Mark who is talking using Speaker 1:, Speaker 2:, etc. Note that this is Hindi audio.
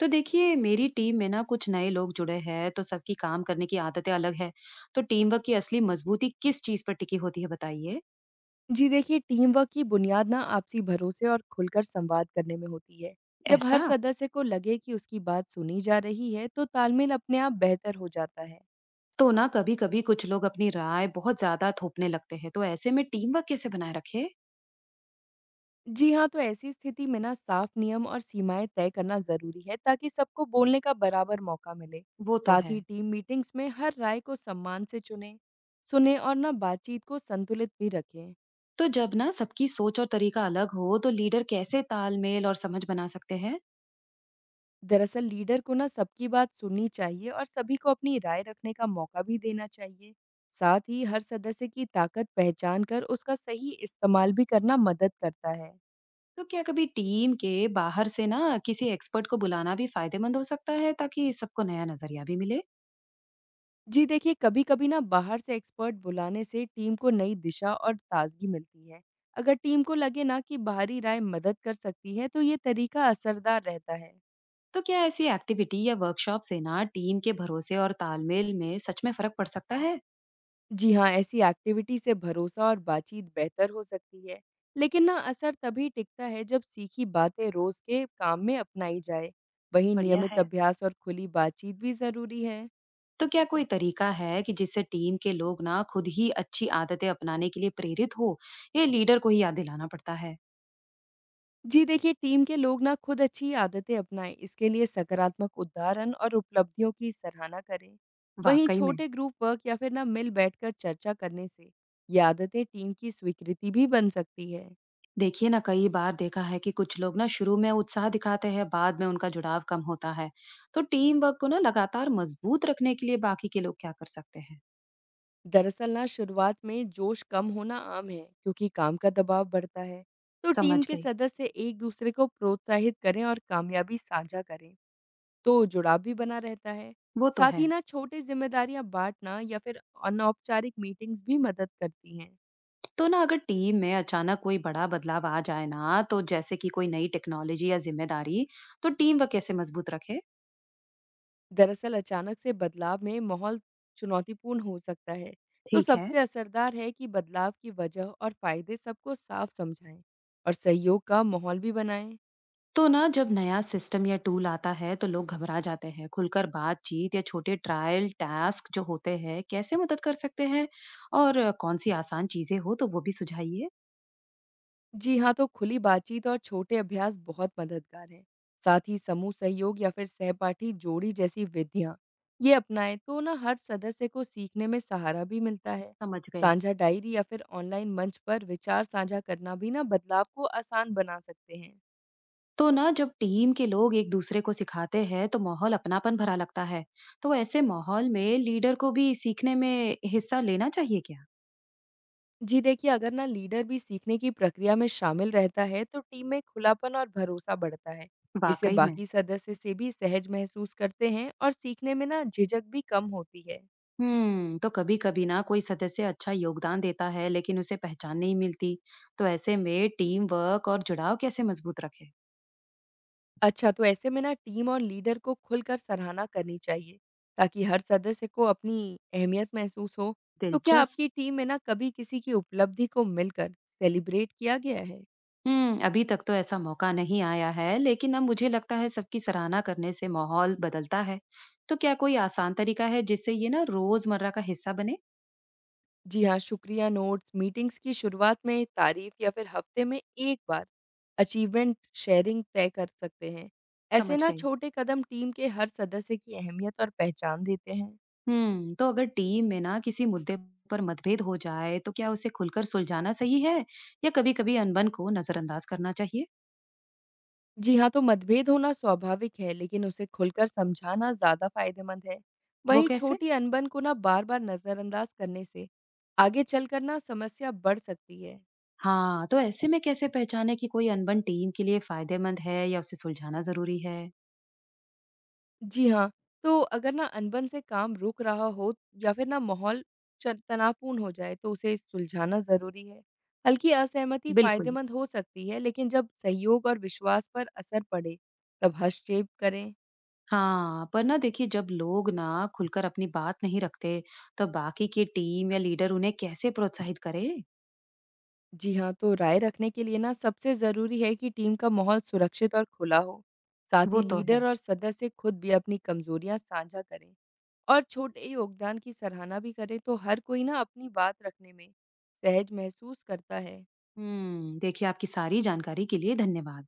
Speaker 1: तो देखिए, मेरी टीम में ना कुछ नए लोग जुड़े हैं। तो सबकी काम करने की आदतें अलग है। तो टीम वर्क की असली मजबूती किस चीज पर टिकी होती है, बताइए।
Speaker 2: जी देखिए, टीम वर्क की बुनियाद ना आपसी भरोसे और खुलकर संवाद करने में होती है। जब हर
Speaker 1: ऐसा।
Speaker 2: सदस्य को लगे कि उसकी बात सुनी जा रही है, तो तालमेल अपने आप बेहतर हो जाता है।
Speaker 1: तो ना कभी कभी कुछ लोग अपनी राय बहुत ज्यादा थोपने लगते हैं, तो ऐसे में टीम वर्क कैसे बनाए रखे।
Speaker 2: जी हाँ, तो ऐसी स्थिति में ना साफ नियम और सीमाएं तय करना ज़रूरी है, ताकि सबको बोलने का बराबर मौका मिले।
Speaker 1: वो तो
Speaker 2: साथ
Speaker 1: है।
Speaker 2: ही टीम मीटिंग्स में हर राय को सम्मान से चुने, सुने और ना बातचीत को संतुलित भी रखें।
Speaker 1: तो जब ना सबकी सोच और तरीका अलग हो, तो लीडर कैसे तालमेल और समझ बना सकते हैं।
Speaker 2: दरअसल लीडर को ना सबकी बात सुननी चाहिए और सभी को अपनी राय रखने का मौका भी देना चाहिए। साथ ही हर सदस्य की ताकत पहचान कर उसका सही इस्तेमाल भी करना मदद करता है।
Speaker 1: तो क्या कभी टीम के बाहर से ना किसी एक्सपर्ट को बुलाना भी फायदेमंद हो सकता है, ताकि सबको नया नजरिया भी मिले।
Speaker 2: जी देखिए, कभी कभी ना बाहर से एक्सपर्ट बुलाने से टीम को नई दिशा और ताजगी मिलती है। अगर टीम को लगे ना कि बाहरी राय मदद कर सकती है, तो ये तरीका असरदार रहता है।
Speaker 1: तो क्या ऐसी एक्टिविटी या वर्कशॉप से ना टीम के भरोसे और तालमेल में सच में फर्क पड़ सकता है।
Speaker 2: जी हाँ, ऐसी एक्टिविटी से भरोसा और बातचीत बेहतर हो सकती है। लेकिन ना असर तभी टिकता है जब सीखी बातें रोज के काम में अपनाई जाए। वहीं
Speaker 1: बढ़िया
Speaker 2: नियमित
Speaker 1: है।
Speaker 2: अभ्यास और खुली बातचीत भी ज़रूरी है।
Speaker 1: तो क्या कोई तरीका है कि जिससे टीम के लोग ना खुद ही अच्छी आदतें अपनाने के लिए प्रेरित हो। ये लीडर को ही याद दिलाना पड़ता है।
Speaker 2: जी देखिए, टीम के लोग ना खुद अच्छी आदतें अपनाएं। इसके लिए सकारात्मक उदाहरण और उपलब्धियों की सराहना करें। वहीं
Speaker 1: वाकई में।
Speaker 2: छोटे ग्रुप वर्क या फिर ना मिल बैठकर चर्चा करने से ये आदतें टीम की स्वीकृति भी बन सकती है।
Speaker 1: देखिए ना कई बार देखा है कि कुछ लोग ना शुरू में उत्साह दिखाते हैं, बाद में उनका जुड़ाव कम होता है। तो टीम वर्क को ना लगातार मजबूत रखने के लिए बाकी के लोग क्या कर सकते हैं।
Speaker 2: दरअसल ना शुरुआत में जोश कम होना आम है, क्योंकि काम का दबाव बढ़ता है। तो टीम
Speaker 1: समझ
Speaker 2: के
Speaker 1: गई।
Speaker 2: सदस्य एक दूसरे को प्रोत्साहित करें और कामयाबी साझा करें, तो जुड़ाव भी बना रहता है।
Speaker 1: वो तो
Speaker 2: साथ
Speaker 1: है।
Speaker 2: ही ना छोटी जिम्मेदारियां बांटना या फिर अनौपचारिक मीटिंग्स भी मदद करती हैं।
Speaker 1: तो ना अगर टीम में अचानक कोई बड़ा बदलाव आ जाए ना, तो जैसे कि कोई नई टेक्नोलॉजी या जिम्मेदारी, तो टीम वह कैसे मजबूत रखे।
Speaker 2: दरअसल अचानक से बदलाव में माहौल चुनौतीपूर्ण हो सकता है। तो
Speaker 1: ठीक है।
Speaker 2: सबसे असरदार है कि बदलाव की वजह और फायदे सबको साफ समझाएं और सहयोग का माहौल भी बनाएं।
Speaker 1: तो ना जब नया सिस्टम या टूल आता है तो लोग घबरा जाते हैं। खुलकर बातचीत या छोटे ट्रायल टास्क जो होते हैं, कैसे मदद कर सकते हैं। और कौन सी आसान चीजें हो तो वो भी सुझाइए।
Speaker 2: जी हाँ, तो खुली बातचीत और छोटे अभ्यास बहुत मददगार हैं। साथ ही समूह सहयोग या फिर सहपाठी जोड़ी जैसी विधियाँ ये अपनाएं, तो ना हर सदस्य को सीखने में सहारा भी मिलता है।
Speaker 1: समझ गई।
Speaker 2: साझा डायरी या फिर ऑनलाइन मंच पर विचार साझा करना भी ना बदलाव को आसान बना सकते हैं।
Speaker 1: तो ना जब टीम के लोग एक दूसरे को सिखाते हैं, तो माहौल अपनापन भरा लगता है। तो ऐसे माहौल में लीडर को भी सीखने में हिस्सा लेना चाहिए क्या।
Speaker 2: जी देखिए, अगर ना लीडर भी सीखने की प्रक्रिया में शामिल रहता है, तो टीम में खुलापन और भरोसा बढ़ता है। इससे
Speaker 1: वाकई में।
Speaker 2: बाकी सदस्य से भी सहज महसूस करते हैं और सीखने में ना झिझक भी कम होती है।
Speaker 1: हम्म। तो कभी कभी ना कोई सदस्य अच्छा योगदान देता है, लेकिन उसे पहचान नहीं मिलती। तो ऐसे में टीम वर्क और जुड़ाव कैसे मजबूत रखे।
Speaker 2: अच्छा, तो ऐसे में ना टीम और लीडर को खुलकर सराहना करनी चाहिए, ताकि हर सदस्य को अपनी अहमियत महसूस हो। तो क्या
Speaker 1: दिलचस्प।
Speaker 2: आपकी टीम में ना कभी किसी की उपलब्धि को मिलकर सेलिब्रेट किया गया है?
Speaker 1: हम्म, अभी तक तो ऐसा मौका नहीं आया है, लेकिन अब मुझे लगता है सबकी सराहना करने से माहौल बदलता है। तो क्या कोई आसान तरीका है जिससे ये ना रोजमर्रा का हिस्सा बने।
Speaker 2: जी हाँ, शुक्रिया नोट्स, मीटिंग्स की शुरुआत में तारीफ या फिर हफ्ते में एक बार अचीवमेंट शेयरिंग तय कर सकते हैं। ऐसे
Speaker 1: समझ
Speaker 2: ना
Speaker 1: गई।
Speaker 2: छोटे कदम टीम के हर सदस्य की अहमियत और पहचान देते हैं।
Speaker 1: हम्म। तो अगर टीम में ना किसी मुद्दे पर मतभेद हो जाए, तो क्या उसे खुलकर सुलझाना सही है, या कभी-कभी अनबन को नजरअंदाज करना चाहिए।
Speaker 2: जी हाँ, तो मतभेद होना स्वाभाविक है, लेकिन उसे खुलकर समझाना ज़्यादा फायदेमंद है।
Speaker 1: वो
Speaker 2: वहीं
Speaker 1: कैसे?
Speaker 2: छोटी अनबन को ना बार-बार नज़रअंदाज करने से आगे चलकर ना समस्या बढ़ सकती है।
Speaker 1: हाँ, तो ऐसे में कैसे पहचाने कि कोई अनबन टीम के लिए फायदेमंद है या उसे सुलझाना ज़रूरी है?
Speaker 2: जी हाँ, तो अगर ना अनबन से काम रुक रहा हो या फिर ना माहौल च तनावपूर्ण हो जाए, तो उसे सुलझाना ज़रूरी है। हल्की असहमति
Speaker 1: बिल्कुल।
Speaker 2: फायदेमंद हो सकती है, लेकिन जब सहयोग और विश्वास पर असर पड़े, तब हस्तक्षेप करें।
Speaker 1: हाँ, पर ना देखिए जब लोग ना खुलकर अपनी बात नहीं रखते, तो बाकी की टीम या लीडर उन्हें कैसे प्रोत्साहित करे?
Speaker 2: जी हाँ, तो राय रखने के लिए ना सबसे ज़रूरी है कि टीम का माहौल सुरक्षित और खुला हो। साथ ही
Speaker 1: वो तो
Speaker 2: लीडर
Speaker 1: है।
Speaker 2: और सदस्य खुद भी अपनी कमजोरियां साझा करें और छोटे योगदान की सराहना भी करें, तो हर कोई ना अपनी बात रखने में सहज महसूस करता है।
Speaker 1: देखिए, आपकी सारी जानकारी के लिए धन्यवाद।